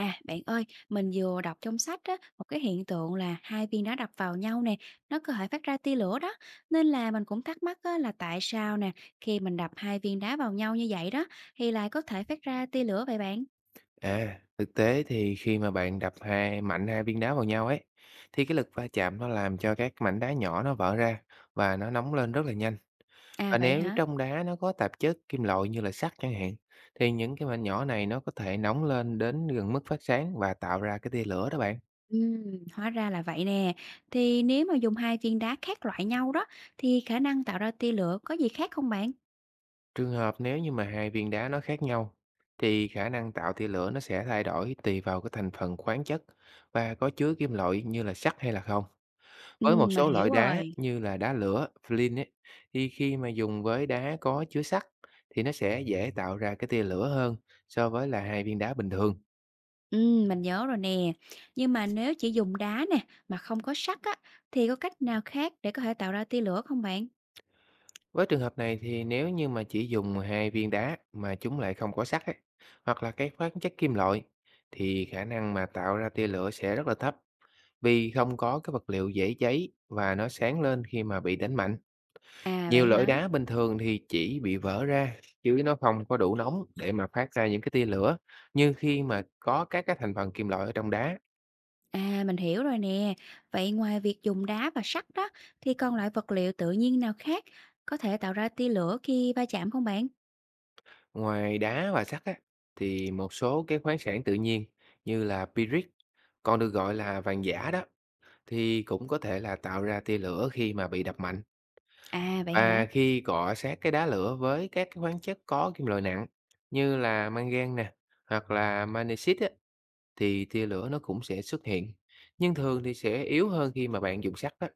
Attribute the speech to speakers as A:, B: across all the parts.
A: À, bạn ơi, mình vừa đọc trong sách á, một cái hiện tượng là hai viên đá đập vào nhau nè, nó có thể phát ra tia lửa đó. Nên là mình cũng thắc mắc á, là tại sao nè, khi mình đập hai viên đá vào nhau như vậy đó, thì lại có thể phát ra tia lửa vậy bạn?
B: À, thực tế thì khi mà bạn đập hai viên đá vào nhau ấy, thì cái lực va chạm nó làm cho các mảnh đá nhỏ nó vỡ ra và nó nóng lên rất là nhanh.
A: À
B: Và
A: vậy
B: nếu
A: hả?
B: trong đá nó có tạp chất kim loại như là sắt chẳng hạn, thì những cái mảnh nhỏ này nó có thể nóng lên đến gần mức phát sáng và tạo ra cái tia lửa đó bạn.
A: Hóa ra là vậy nè. Thì nếu mà dùng hai viên đá khác loại nhau đó, thì khả năng tạo ra tia lửa có gì khác không bạn?
B: Trường hợp nếu như mà hai viên đá nó khác nhau, thì khả năng tạo tia lửa nó sẽ thay đổi tùy vào cái thành phần khoáng chất và có chứa kim loại như là sắt hay là không.
A: Ừ,
B: Với một
A: mình
B: số
A: hiểu
B: loại đá
A: rồi.
B: như là đá lửa, flint ấy, thì khi mà dùng với đá có chứa sắt thì nó sẽ dễ tạo ra cái tia lửa hơn so với là hai viên đá bình thường.
A: Mình nhớ rồi nè. Nhưng mà nếu chỉ dùng đá nè, mà không có sắt á, thì có cách nào khác để có thể tạo ra tia lửa không bạn?
B: Với trường hợp này thì nếu như mà chỉ dùng hai viên đá mà chúng lại không có sắt ấy, hoặc là cái khoáng chất kim loại, thì khả năng mà tạo ra tia lửa sẽ rất là thấp vì không có cái vật liệu dễ cháy và nó sáng lên khi mà bị đánh mạnh.
A: À
B: Nhiều
A: vậy
B: lõi
A: hả?
B: đá bình thường thì chỉ bị vỡ ra chứ nó không có đủ nóng để mà phát ra những cái tia lửa như khi mà có các cái thành phần kim loại ở trong đá.
A: À mình hiểu rồi nè. Vậy ngoài việc dùng đá và sắt đó, thì còn loại vật liệu tự nhiên nào khác có thể tạo ra tia lửa khi va chạm không bạn?
B: Ngoài đá và sắt á, thì một số cái khoáng sản tự nhiên như là pyrite, còn được gọi là vàng giả đó, thì cũng có thể là tạo ra tia lửa khi mà bị đập mạnh,
A: À vậy
B: và
A: hả?
B: khi cọ sát cái đá lửa với các cái khoáng chất có kim loại nặng như là mangan nè hoặc là magnesit á, thì tia lửa nó cũng sẽ xuất hiện, nhưng thường thì sẽ yếu hơn khi mà bạn dùng sắt á.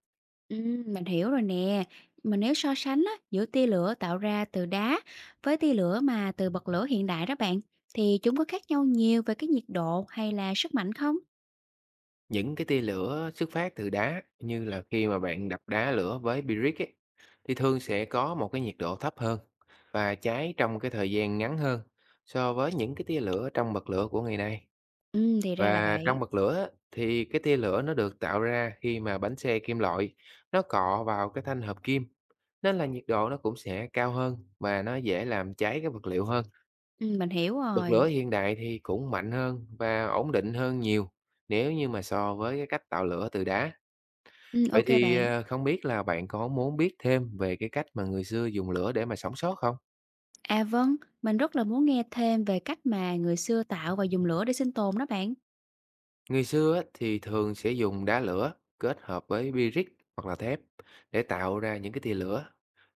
A: Mình hiểu rồi nè. Mà nếu so sánh á, giữa tia lửa tạo ra từ đá với tia lửa mà từ bật lửa hiện đại đó bạn, thì chúng có khác nhau nhiều về cái nhiệt độ hay là sức mạnh không?
B: Những cái tia lửa xuất phát từ đá, như là khi mà bạn đập đá lửa với brick ấy, thì thường sẽ có một cái nhiệt độ thấp hơn và cháy trong cái thời gian ngắn hơn so với những cái tia lửa trong bật lửa của ngày nay.
A: Thì ra là
B: Và
A: vậy.
B: trong bật lửa á, thì cái tia lửa nó được tạo ra khi mà bánh xe kim loại nó cọ vào cái thanh hợp kim, nên là nhiệt độ nó cũng sẽ cao hơn và nó dễ làm cháy cái vật liệu hơn.
A: Mình hiểu
B: Bật lửa
A: rồi.
B: hiện đại thì cũng mạnh hơn và ổn định hơn nhiều nếu như mà so với cái cách tạo lửa từ đá. Vậy
A: Ô
B: thì,
A: bạn.
B: không biết là bạn có muốn biết thêm về cái cách mà người xưa dùng lửa để mà sống sót không?
A: À, vâng, mình rất là muốn nghe thêm về cách mà người xưa tạo và dùng lửa để sinh tồn đó bạn.
B: Người xưa á, thì thường sẽ dùng đá lửa kết hợp với bi rích hoặc là thép để tạo ra những cái tia lửa,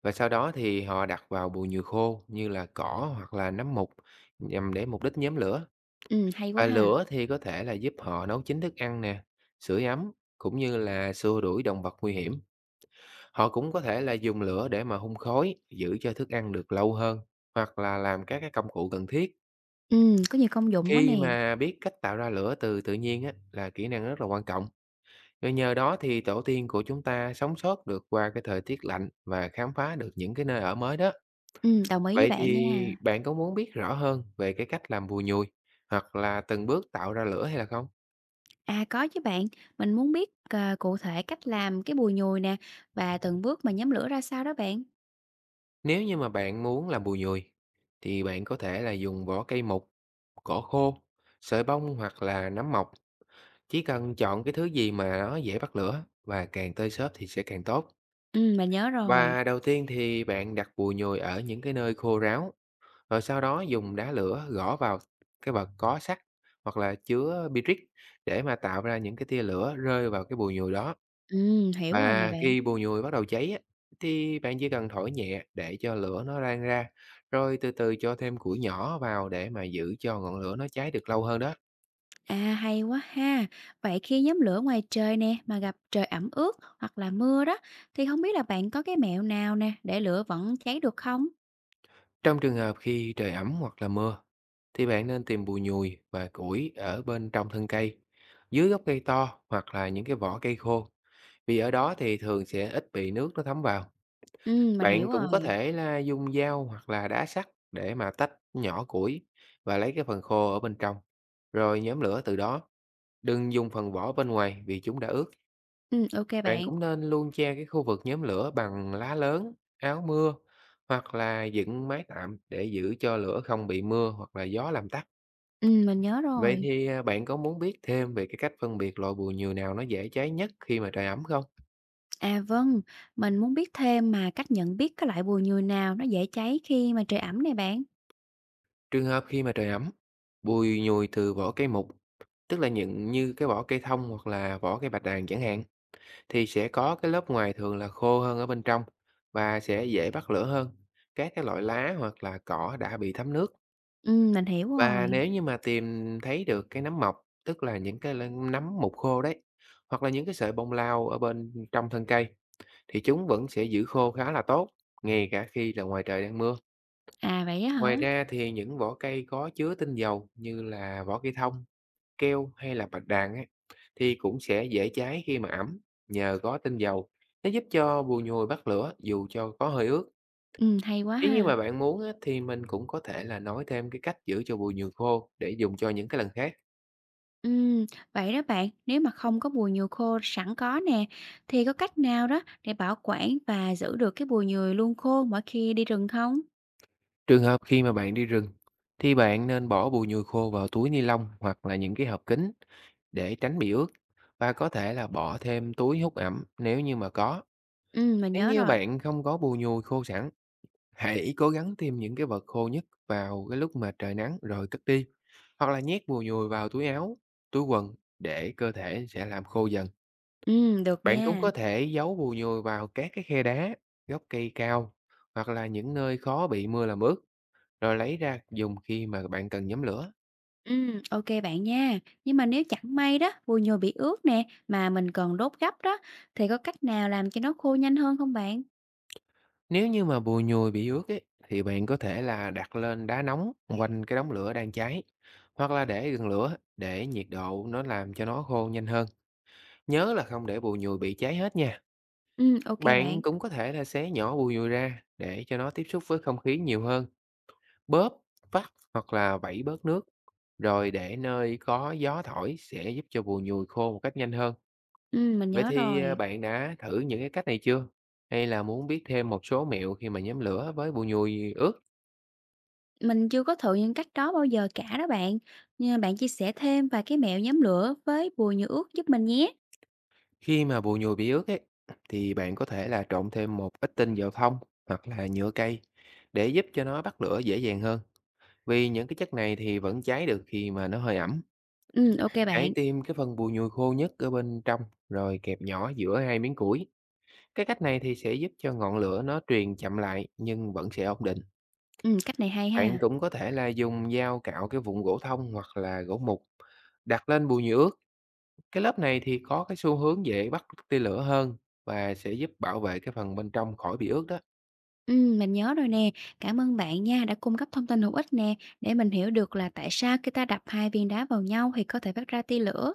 B: và sau đó thì họ đặt vào bùn nhùi khô như là cỏ hoặc là nấm mục nhằm để mục đích nhóm lửa.
A: Hay quá
B: Và
A: ha.
B: lửa thì có thể là giúp họ nấu chín thức ăn nè, sưởi ấm, cũng như là xua đuổi động vật nguy hiểm. Họ cũng có thể là dùng lửa để mà hun khói, giữ cho thức ăn được lâu hơn, hoặc là làm các cái công cụ cần thiết.
A: Có nhiều công dụng quá
B: Khi
A: nè.
B: mà biết cách tạo ra lửa từ tự nhiên á, là kỹ năng rất là quan trọng. Rồi nhờ đó thì tổ tiên của chúng ta sống sót được qua cái thời tiết lạnh và khám phá được những cái nơi ở mới đó.
A: Đồng ý với
B: Vậy
A: bạn
B: thì
A: nha.
B: bạn có muốn biết rõ hơn về cái cách làm bùi nhùi hoặc là từng bước tạo ra lửa hay là không?
A: À, có chứ bạn, mình muốn biết, cụ thể cách làm cái bùi nhùi nè và từng bước mà nhóm lửa ra sao đó bạn.
B: Nếu như mà bạn muốn làm bùi nhùi thì bạn có thể là dùng vỏ cây mục, cỏ khô, sợi bông hoặc là nấm mộc. Chỉ cần chọn cái thứ gì mà nó dễ bắt lửa và càng tơi xốp thì sẽ càng tốt.
A: Mình nhớ rồi.
B: Và đầu tiên thì bạn đặt bùi nhùi ở những cái nơi khô ráo, rồi sau đó dùng đá lửa gõ vào cái vật có sắt hoặc là chứa Bitrix để mà tạo ra những cái tia lửa rơi vào cái bùi nhùi đó.
A: Hiểu rồi nè
B: Và
A: bạn.
B: khi bùi nhùi bắt đầu cháy á, thì bạn chỉ cần thổi nhẹ để cho lửa nó lan ra, rồi từ từ cho thêm củi nhỏ vào để mà giữ cho ngọn lửa nó cháy được lâu hơn đó.
A: À, hay quá ha. Vậy khi nhóm lửa ngoài trời nè mà gặp trời ẩm ướt hoặc là mưa đó thì không biết là bạn có cái mẹo nào nè để lửa vẫn cháy được không?
B: Trong trường hợp khi trời ẩm hoặc là mưa, thì bạn nên tìm bùi nhùi và củi ở bên trong thân cây, dưới gốc cây to hoặc là những cái vỏ cây khô, vì ở đó thì thường sẽ ít bị nước nó thấm vào.
A: Ừ, mình
B: Bạn
A: hiểu
B: cũng có
A: rồi.
B: thể là dùng dao hoặc là đá sắt để mà tách nhỏ củi và lấy cái phần khô ở bên trong, rồi nhóm lửa từ đó. Đừng dùng phần vỏ bên ngoài vì chúng đã ướt.
A: Ừ, ok
B: Bạn
A: bạn.
B: cũng nên luôn che cái khu vực nhóm lửa bằng lá lớn, áo mưa hoặc là dựng mái tạm để giữ cho lửa không bị mưa hoặc là gió làm tắt.
A: Ừ, mình nhớ
B: Vậy
A: rồi.
B: thì bạn có muốn biết thêm về cái cách phân biệt loại bùi nhùi nào nó dễ cháy nhất khi mà trời ẩm không?
A: À vâng, mình muốn biết thêm mà cách nhận biết cái loại bùi nhùi nào nó dễ cháy khi mà trời ẩm này bạn.
B: Trường hợp khi mà trời ẩm, bùi nhùi từ vỏ cây mục, tức là những như cái vỏ cây thông hoặc là vỏ cây bạch đàn chẳng hạn, thì sẽ có cái lớp ngoài thường là khô hơn ở bên trong và sẽ dễ bắt lửa hơn. Các cái loại lá hoặc là cỏ đã bị thấm nước.
A: Ừ, mình hiểu
B: Và
A: rồi.
B: nếu như mà tìm thấy được cái nấm mọc, tức là những cái nấm mục khô đấy, hoặc là những cái sợi bông lau ở bên trong thân cây, thì chúng vẫn sẽ giữ khô khá là tốt, ngay cả khi là ngoài trời đang mưa.
A: À vậy á hả?
B: Ngoài ra thì những vỏ cây có chứa tinh dầu như là vỏ cây thông, keo hay là bạch đàn ấy, thì cũng sẽ dễ cháy khi mà ẩm, nhờ có tinh dầu. Nó giúp cho bùi nhùi bắt lửa dù cho có hơi ướt.
A: Ừ, hay quá
B: Nếu như
A: ha.
B: mà bạn muốn á, thì mình cũng có thể là nói thêm cái cách giữ cho bùi nhùi khô để dùng cho những cái lần khác.
A: Ừm, vậy đó bạn, nếu mà không có bùi nhùi khô sẵn có nè, thì có cách nào đó để bảo quản và giữ được cái bùi nhùi luôn khô mỗi khi đi rừng không?
B: Trường hợp khi mà bạn đi rừng thì bạn nên bỏ bùi nhùi khô vào túi ni lông hoặc là những cái hộp kính để tránh bị ướt, và có thể là bỏ thêm túi hút ẩm nếu như mà có.
A: Mình
B: Nếu
A: nhớ
B: như
A: rồi.
B: bạn không có bùi nhùi khô sẵn, hãy cố gắng tìm những cái vật khô nhất vào cái lúc mà trời nắng rồi cất đi. Hoặc là nhét bùi nhùi vào túi áo, túi quần để cơ thể sẽ làm khô dần.
A: Được
B: Bạn cũng
A: nha.
B: có thể giấu bùi nhùi vào các cái khe đá, gốc cây cao hoặc là những nơi khó bị mưa làm ướt, rồi lấy ra dùng khi mà bạn cần nhóm lửa.
A: Ok bạn nha. Nhưng mà nếu chẳng may đó, bùi nhùi bị ướt nè, mà mình cần đốt gấp đó, thì có cách nào làm cho nó khô nhanh hơn không bạn?
B: Nếu như mà bùi nhùi bị ướt ấy, thì bạn có thể là đặt lên đá nóng quanh cái đống lửa đang cháy, hoặc là để gần lửa để nhiệt độ nó làm cho nó khô nhanh hơn. Nhớ là không để bùi nhùi bị cháy hết nha.
A: Ok
B: Bạn
A: bạn.
B: cũng có thể là xé nhỏ bùi nhùi ra để cho nó tiếp xúc với không khí nhiều hơn, bóp, vắt hoặc là vẩy bớt nước. Rồi để nơi có gió thổi sẽ giúp cho bùi nhùi khô một cách nhanh hơn.
A: Mình
B: Vậy
A: nhớ
B: thì,
A: rồi.
B: bạn đã thử những cái cách này chưa? Hay là muốn biết thêm một số mẹo khi mà nhóm lửa với bùi nhùi ướt?
A: Mình chưa có thử những cách đó bao giờ cả đó bạn. Nhưng mà bạn chia sẻ thêm vài cái mẹo nhóm lửa với bùi nhùi ướt giúp mình nhé.
B: Khi mà bùi nhùi bị ướt ấy, thì bạn có thể là trộn thêm một ít tinh dầu thông hoặc là nhựa cây để giúp cho nó bắt lửa dễ dàng hơn. Vì những cái chất này thì vẫn cháy được khi mà nó hơi ẩm.
A: Ok
B: Hãy
A: bạn.
B: tìm cái phần bùi nhùi khô nhất ở bên trong rồi kẹp nhỏ giữa hai miếng củi. Cái cách này thì sẽ giúp cho ngọn lửa nó truyền chậm lại nhưng vẫn sẽ ổn định.
A: Cách này hay
B: Bạn
A: ha.
B: cũng có thể là dùng dao cạo cái vụn gỗ thông hoặc là gỗ mục, đặt lên bùn nhựa ướt. Cái lớp này thì có cái xu hướng dễ bắt tia lửa hơn và sẽ giúp bảo vệ cái phần bên trong khỏi bị ướt đó.
A: Mình nhớ rồi nè. Cảm ơn bạn nha, đã cung cấp thông tin hữu ích nè, để mình hiểu được là tại sao khi ta đập hai viên đá vào nhau thì có thể phát ra tia lửa.